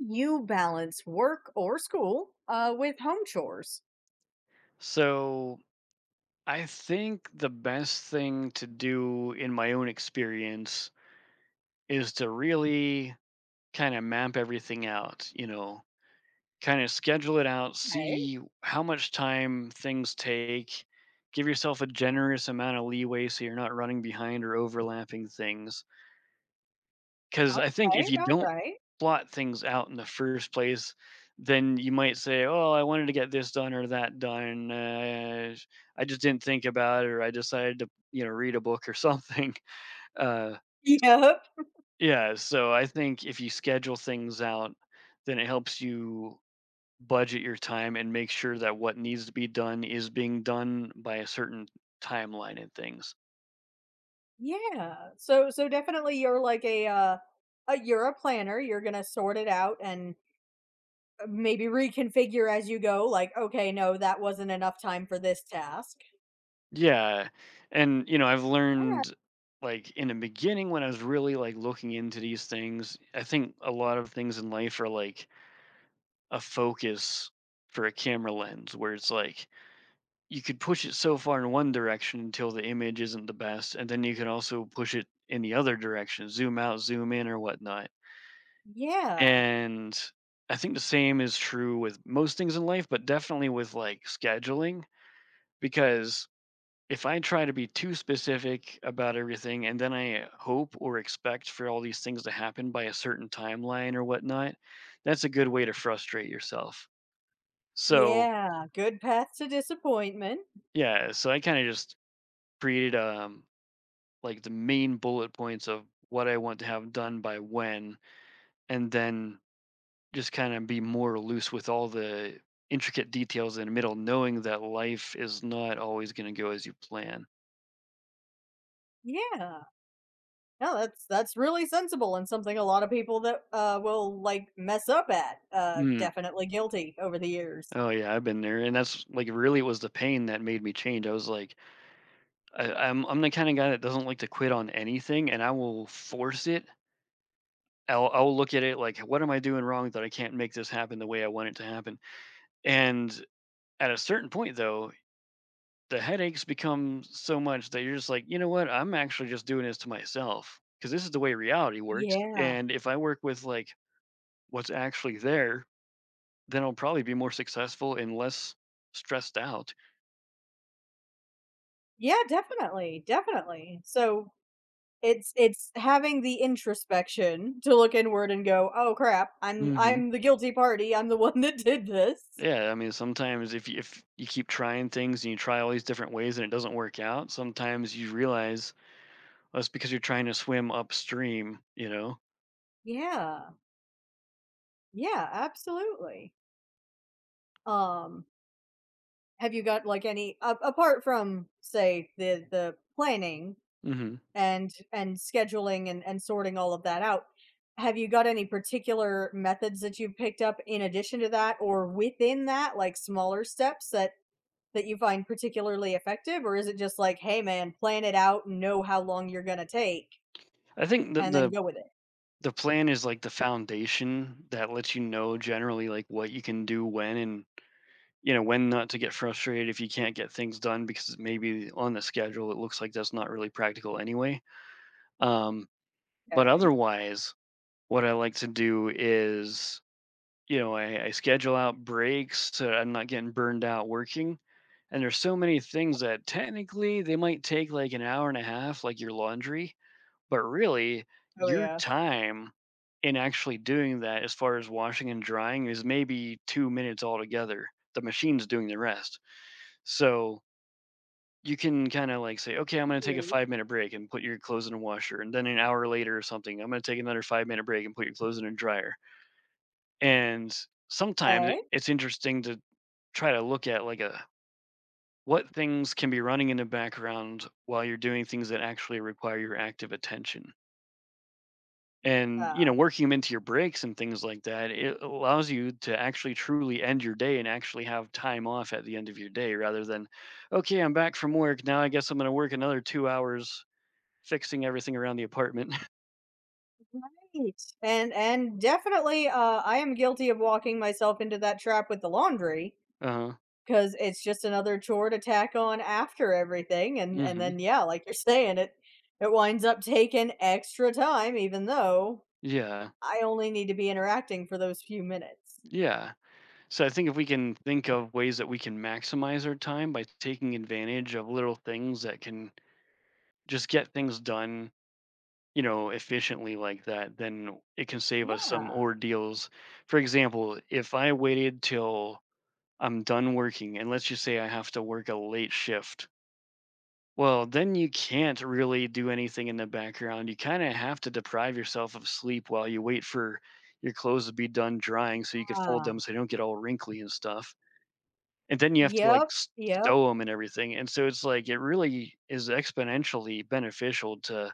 You balance work or school with home chores? So I think the best thing to do in my own experience is to really kind of map everything out, you know, kind of schedule it out, Okay. see how much time things take, give yourself a generous amount of leeway so you're not running behind or overlapping things. 'Cause All I think if right. you All don't right. plot things out in the first place, then you might say, "Oh, I wanted to get this done or that done, I just didn't think about it, or I decided to, you know, read a book or something." Uh, Yep. yeah, so I think if you schedule things out, then it helps you budget your time and make sure that what needs to be done is being done by a certain timeline and things. Yeah. So definitely you're like a you're a planner. You're gonna sort it out and maybe reconfigure as you go. Like, okay, no, that wasn't enough time for this task. Yeah. And you know, I've All right. learned like in the beginning when I was really like looking into these things, I think a lot of things in life are like a focus for a camera lens where it's like you could push it so far in one direction until the image isn't the best, and then you can also push it in the other direction, zoom out, zoom in or whatnot. Yeah. And I think the same is true with most things in life, but definitely with like scheduling, because if I try to be too specific about everything and then I hope or expect for all these things to happen by a certain timeline or whatnot, that's a good way to frustrate yourself. So, Yeah. Good path to disappointment. yeah, so I kind of just created like the main bullet points of what I want to have done by when, and then just kind of be more loose with all the intricate details in the middle, knowing that life is not always going to go as you plan. Yeah. No, that's really sensible and something a lot of people that will like mess up at. Hmm. Definitely guilty over the years. Oh yeah, I've been there, and that's like really it was the pain that made me change. I was like, I'm the kind of guy that doesn't like to quit on anything, and I will force it. I'll look at it like, what am I doing wrong that I can't make this happen the way I want it to happen? And at a certain point, though, the headaches become so much that you're just like, you know what? I'm actually just doing this to myself because this is the way reality works. Yeah, And if I work with like what's actually there, then I'll probably be more successful and less stressed out. yeah, definitely, definitely. So it's having the introspection to look inward and go, oh crap, I'm the guilty party. I'm the one that did this. Yeah, I mean, sometimes if you keep trying things and you try all these different ways and it doesn't work out, sometimes you realize oh, it's because you're trying to swim upstream. You know. Yeah, yeah, absolutely. Um, have you got like any a apart from say the planning Hmm. and scheduling and sorting all of that out. Have you got any particular methods that you've picked up in addition to that or within that, like smaller steps that you find particularly effective? Or is it just like, hey man, plan it out and know how long you're gonna take I think that and then the go with it? the plan is like the foundation that lets you know generally like what you can do when, and you know when not to get frustrated if you can't get things done because maybe on the schedule it looks like that's not really practical anyway. Um, but Okay. otherwise, what I like to do is, you know, I schedule out breaks so I'm not getting burned out working. And there's so many things that technically they might take like an hour and a half, like your laundry, but really Oh your yeah. time in actually doing that, as far as washing and drying, is maybe 2 minutes altogether. The machine's doing the rest. So you can kind of like say, okay, I'm going to take a True. 5 minute break and put your clothes in a washer. And then an hour later or something, I'm going to take another 5 minute break and put your clothes in a dryer. And sometimes it Okay. it's interesting to try to look at like a what things can be running in the background while you're doing things that actually require your active attention. And you Ah, know, working them into your breaks and things like that, it allows you to actually truly end your day and actually have time off at the end of your day rather than, okay, I'm back from work. Now I guess I'm gonna work another 2 hours fixing everything around the apartment. right. And definitely I am guilty of walking myself into that trap with the laundry. Uh-huh. 'Cause it's just another chore to tack on after everything, and Hmm. then, yeah, like you're saying, it winds up taking extra time even though Yeah. I only need to be interacting for those few minutes. Yeah. So I think if we can think of ways that we can maximize our time by taking advantage of little things that can just get things done, you know, efficiently like that, then it can save us Yeah. some ordeals. For example, if I waited till I'm done working and let's just say I have to work a late shift, well, then you can't really do anything in the background. You kind of have to deprive yourself of sleep while you wait for your clothes to be done drying so you can fold them so they don't get all wrinkly and stuff. And then you have to, like, Yep, s yep, stow them and everything, and so it's like, it really is exponentially beneficial to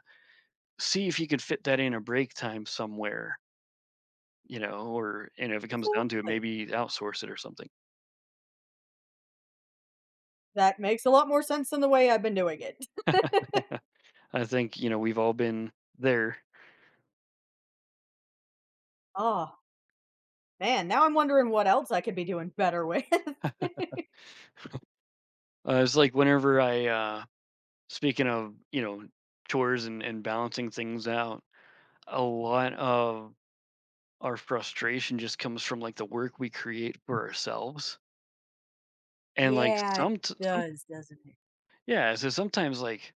see if you could fit that in a break time somewhere, you know, or and if it comes down to it, absolutely. maybe outsource it or something. That makes a lot more sense than the way I've been doing it. I think, you know, we've all been there. Oh, man, now I'm wondering what else I could be doing better with. It's like whenever speaking of, you know, chores and balancing things out, a lot of our frustration just comes from, like, the work we create for ourselves, and, like, Yeah, it some does, doesn't it? yeah, so sometimes, like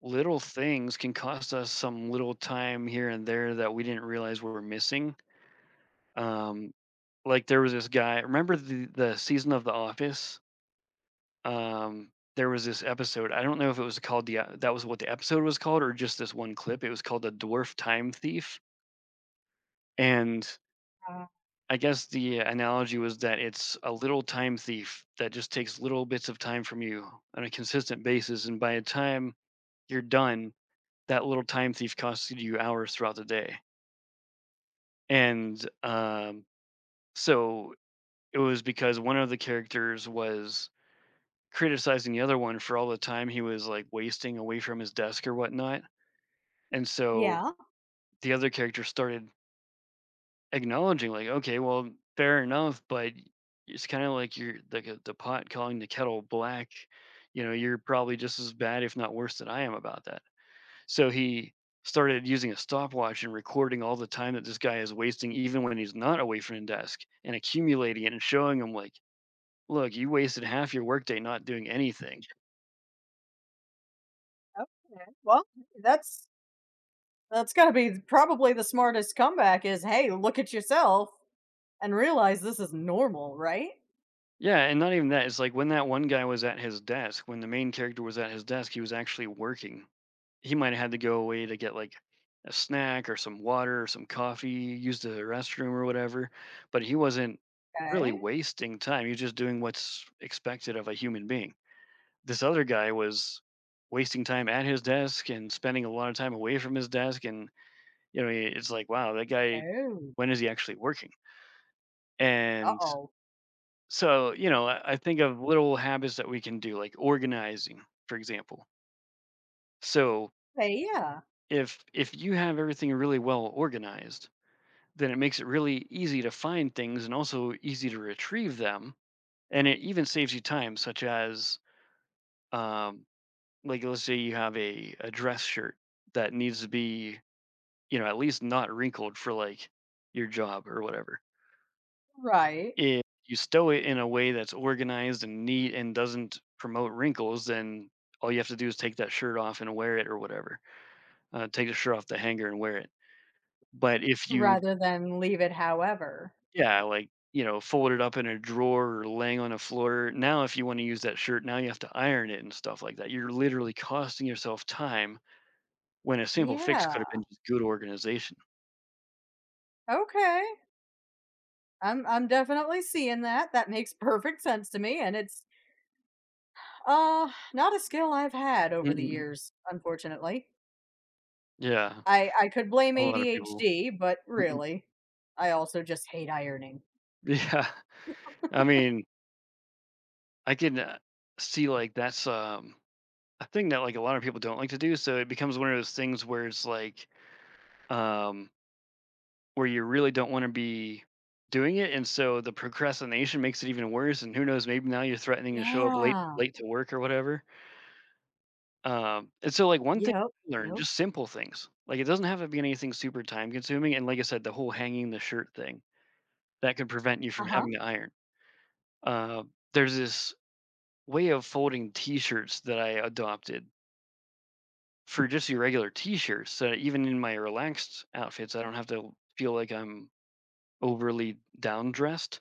little things can cost us some little time here and there that we didn't realize we were missing. Um, like there was this guy. Remember the season of The Office? Um, there was this episode. I don't know if it was called the that was what the episode was called or just this one clip. It was called the Dwarf Time Thief, and Uh, I guess the analogy was that it's a little time thief that just takes little bits of time from you on a consistent basis, and by the time you're done, that little time thief costs you hours throughout the day. And So it was because one of the characters was criticizing the other one for all the time he was like wasting away from his desk or whatnot. And so yeah, the other character started acknowledging, like, okay, well, fair enough, but it's kind of like you're like the pot calling the kettle black. You know, you're probably just as bad, if not worse, than I am about that. So he started using a stopwatch and recording all the time that this guy is wasting, even when he's not away from the desk, and accumulating it and showing him, like, look, you wasted half your workday not doing anything. okay. Well, that's That's gotta be probably the smartest comeback is, "Hey, look at yourself and realize this is normal," right? Yeah, and not even that. It's like when the main character was at his desk, he was actually working. He might have had to go away to get like a snack or some water or some coffee, use the restroom or whatever, but he wasn't really Okay. wasting time. He was just doing what's expected of a human being. This other guy was wasting time at his desk and spending a lot of time away from his desk, and you know it's like wow that guy Oh, when is he actually working. And uh-oh. so you know I think of little habits that we can do like organizing for example. So Hey, yeah, if you have everything really well organized, then it makes it really easy to find things and also easy to retrieve them, and it even saves you time such as um, like let's say you have a dress shirt that needs to be, you know, at least not wrinkled for like your job or whatever. right, If you stow it in a way that's organized and neat and doesn't promote wrinkles, then all you have to do is take that shirt off and wear it or whatever. Take the shirt off the hanger and wear it. But if you, rather than leave it however. yeah, like, you know, fold it up in a drawer or laying on a floor. Now, if you want to use that shirt, now you have to iron it and stuff like that. You're literally costing yourself time when a simple fix Yeah, could have been just good organization. okay. I'm definitely seeing that, that makes perfect sense to me, and it's, not a skill I've had Mm, over the mm, mm. years, unfortunately. Yeah, I could blame a lot of people. ADHD, but really, I also just hate ironing. Yeah. I mean, I can see like that's a thing that like a lot of people don't like to do. So it becomes one of those things where it's like um where you really don't want to be doing it, and so the procrastination makes it even worse. And who knows, maybe now you're threatening to show up Yeah. late to work or whatever. And so like one thing Yep, I learned, yep. just simple things. Like it doesn't have to be anything super time consuming. And like I said, the whole hanging the shirt thing that could prevent you from Uh-huh. having to iron. Uh, there's this way of folding t-shirts that I adopted for just your regular t-shirts, so even in my relaxed outfits, I don't have to feel like I'm overly down dressed.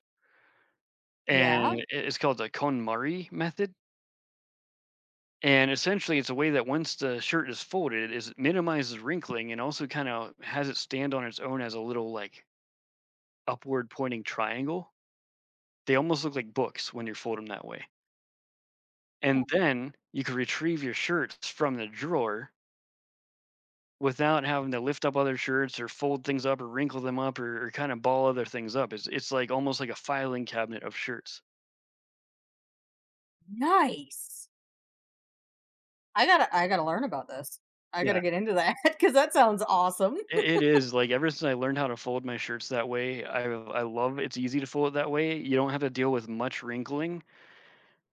And Yeah. mhm, it's called the KonMari method, and essentially it's a way that once the shirt is folded is it minimizes wrinkling and also kind of has it stand on its own as a little, like, upward pointing triangle. They almost look like books when you fold them that way. Oh, And then you can retrieve your shirts from the drawer without having to lift up other shirts or fold things up or wrinkle them up or kind of ball other things up. It's like almost like a filing cabinet of shirts. nice. I gotta learn about this. I Yeah. gotta get into that because that sounds awesome. It is like ever since I learned how to fold my shirts that way, I love it's easy to fold it that way. You don't have to deal with much wrinkling,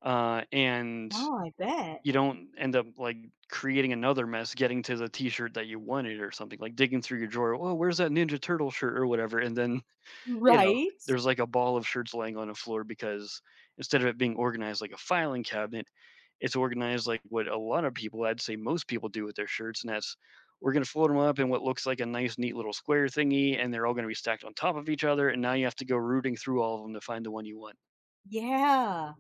and Oh, I bet. you don't end up like creating another mess getting to the t-shirt that you wanted or something like digging through your drawer. Oh, where's that Ninja Turtle shirt or whatever, and then you know, Right? there's like a ball of shirts laying on the floor because instead of it being organized like a filing cabinet, it's organized like what a lot of people, I'd say most people do with their shirts, and that's we're going to fold them up in what looks like a nice, neat little square thingy, and they're all going to be stacked on top of each other. And now you have to go rooting through all of them to find the one you want. Yeah.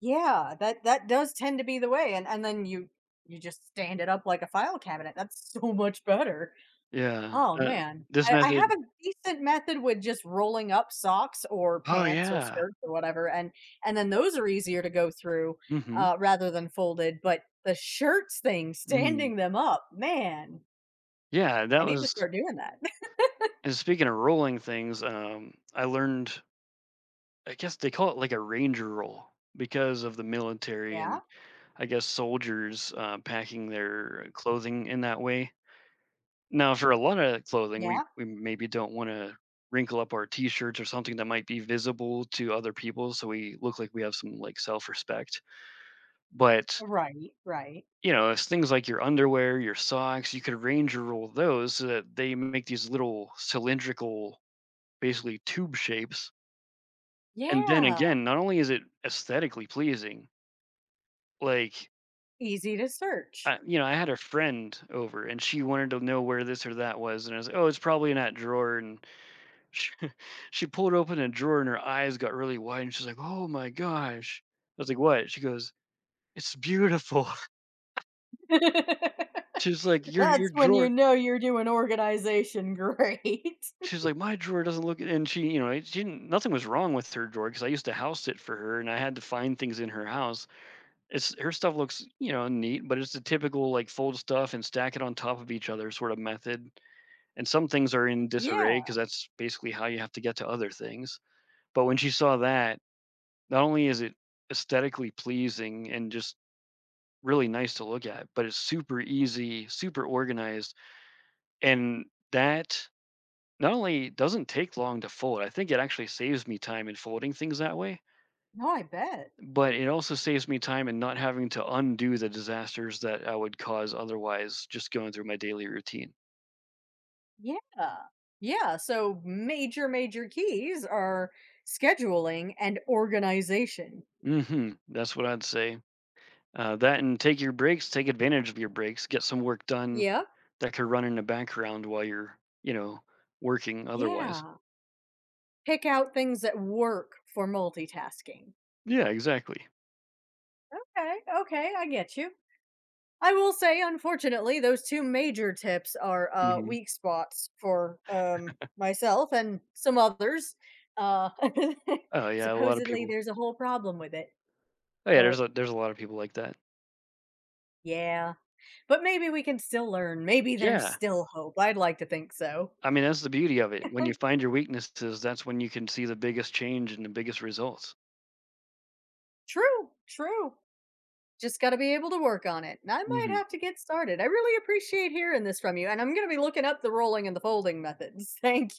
Yeah, that that does tend to be the way, and then you just stand it up like a file cabinet, that's so much better. Yeah. Oh, man. This I have method. a decent method with just rolling up socks or Oh, pants or yeah. skirts or whatever, and then those are easier to go through, Hmm. Rather than folded, but the shirts thing, Mm. standing them up, man, Yeah. I That need to was, start doing that. and speaking of rolling things, I learned, I guess they call it like a Ranger roll because of the military Yeah, and I guess, soldiers packing their clothing in that way. Now, for a lot of clothing, we, yeah. we maybe don't want to wrinkle up our t-shirts or something that might be visible to other people so we look like we have some like self-respect, but Right, right. you know it's things like your underwear, your socks you could arrange or roll those so that they make these little cylindrical basically tube shapes, and then Yeah, again not only is it aesthetically pleasing like easy to search. I, you know, I had a friend over and she wanted to know where this or that was. And I was like, oh, it's probably in that drawer. And she, she pulled open a drawer and her eyes got really wide. And she's like, oh my gosh. I was like, what? She goes, it's beautiful. She's like, your, That's your when you drawer. know you're doing organization great. She's like, my drawer doesn't look. And she, you know, it- she didn't, nothing was wrong with her drawer because I used to house it for her and I had to find things in her house. It's her stuff looks, you know, neat, but it's the typical like fold stuff and stack it on top of each other sort of method, and some things are in disarray Yeah. because that's basically how you have to get to other things. But when she saw that, not only is it aesthetically pleasing and just really nice to look at, but it's super easy, super organized, and that not only doesn't take long to fold. I think it actually saves me time in folding things that way, No, I bet. but it also saves me time in not having to undo the disasters that I would cause otherwise just going through my daily routine. Yeah. Yeah. So major, major keys are scheduling and organization. Mhm. That's what I'd say. That and take your breaks, take advantage of your breaks, get some work done Yep. that could run in the background while you're, you know, working otherwise. Yeah. Pick out things that work for multitasking. Yeah, exactly. Okay. Okay. I get you. I will say, unfortunately, those two major tips are Mhm. weak spots for myself and some others. Uh, Oh yeah, a lot of supposedly, people. there's a whole problem with it. Oh yeah, But there's a lot of people like that. yeah, but maybe we can still learn. Maybe there's Yeah. still hope. I'd like to think so. I mean, that's the beauty of it. When you And find your weaknesses, that's when you can see the biggest change and the biggest results. true, true. Just got to be able to work on it. And I might Mhm. have to get started. I really appreciate hearing this from you. And I'm going to be looking up the rolling and the folding methods. Thank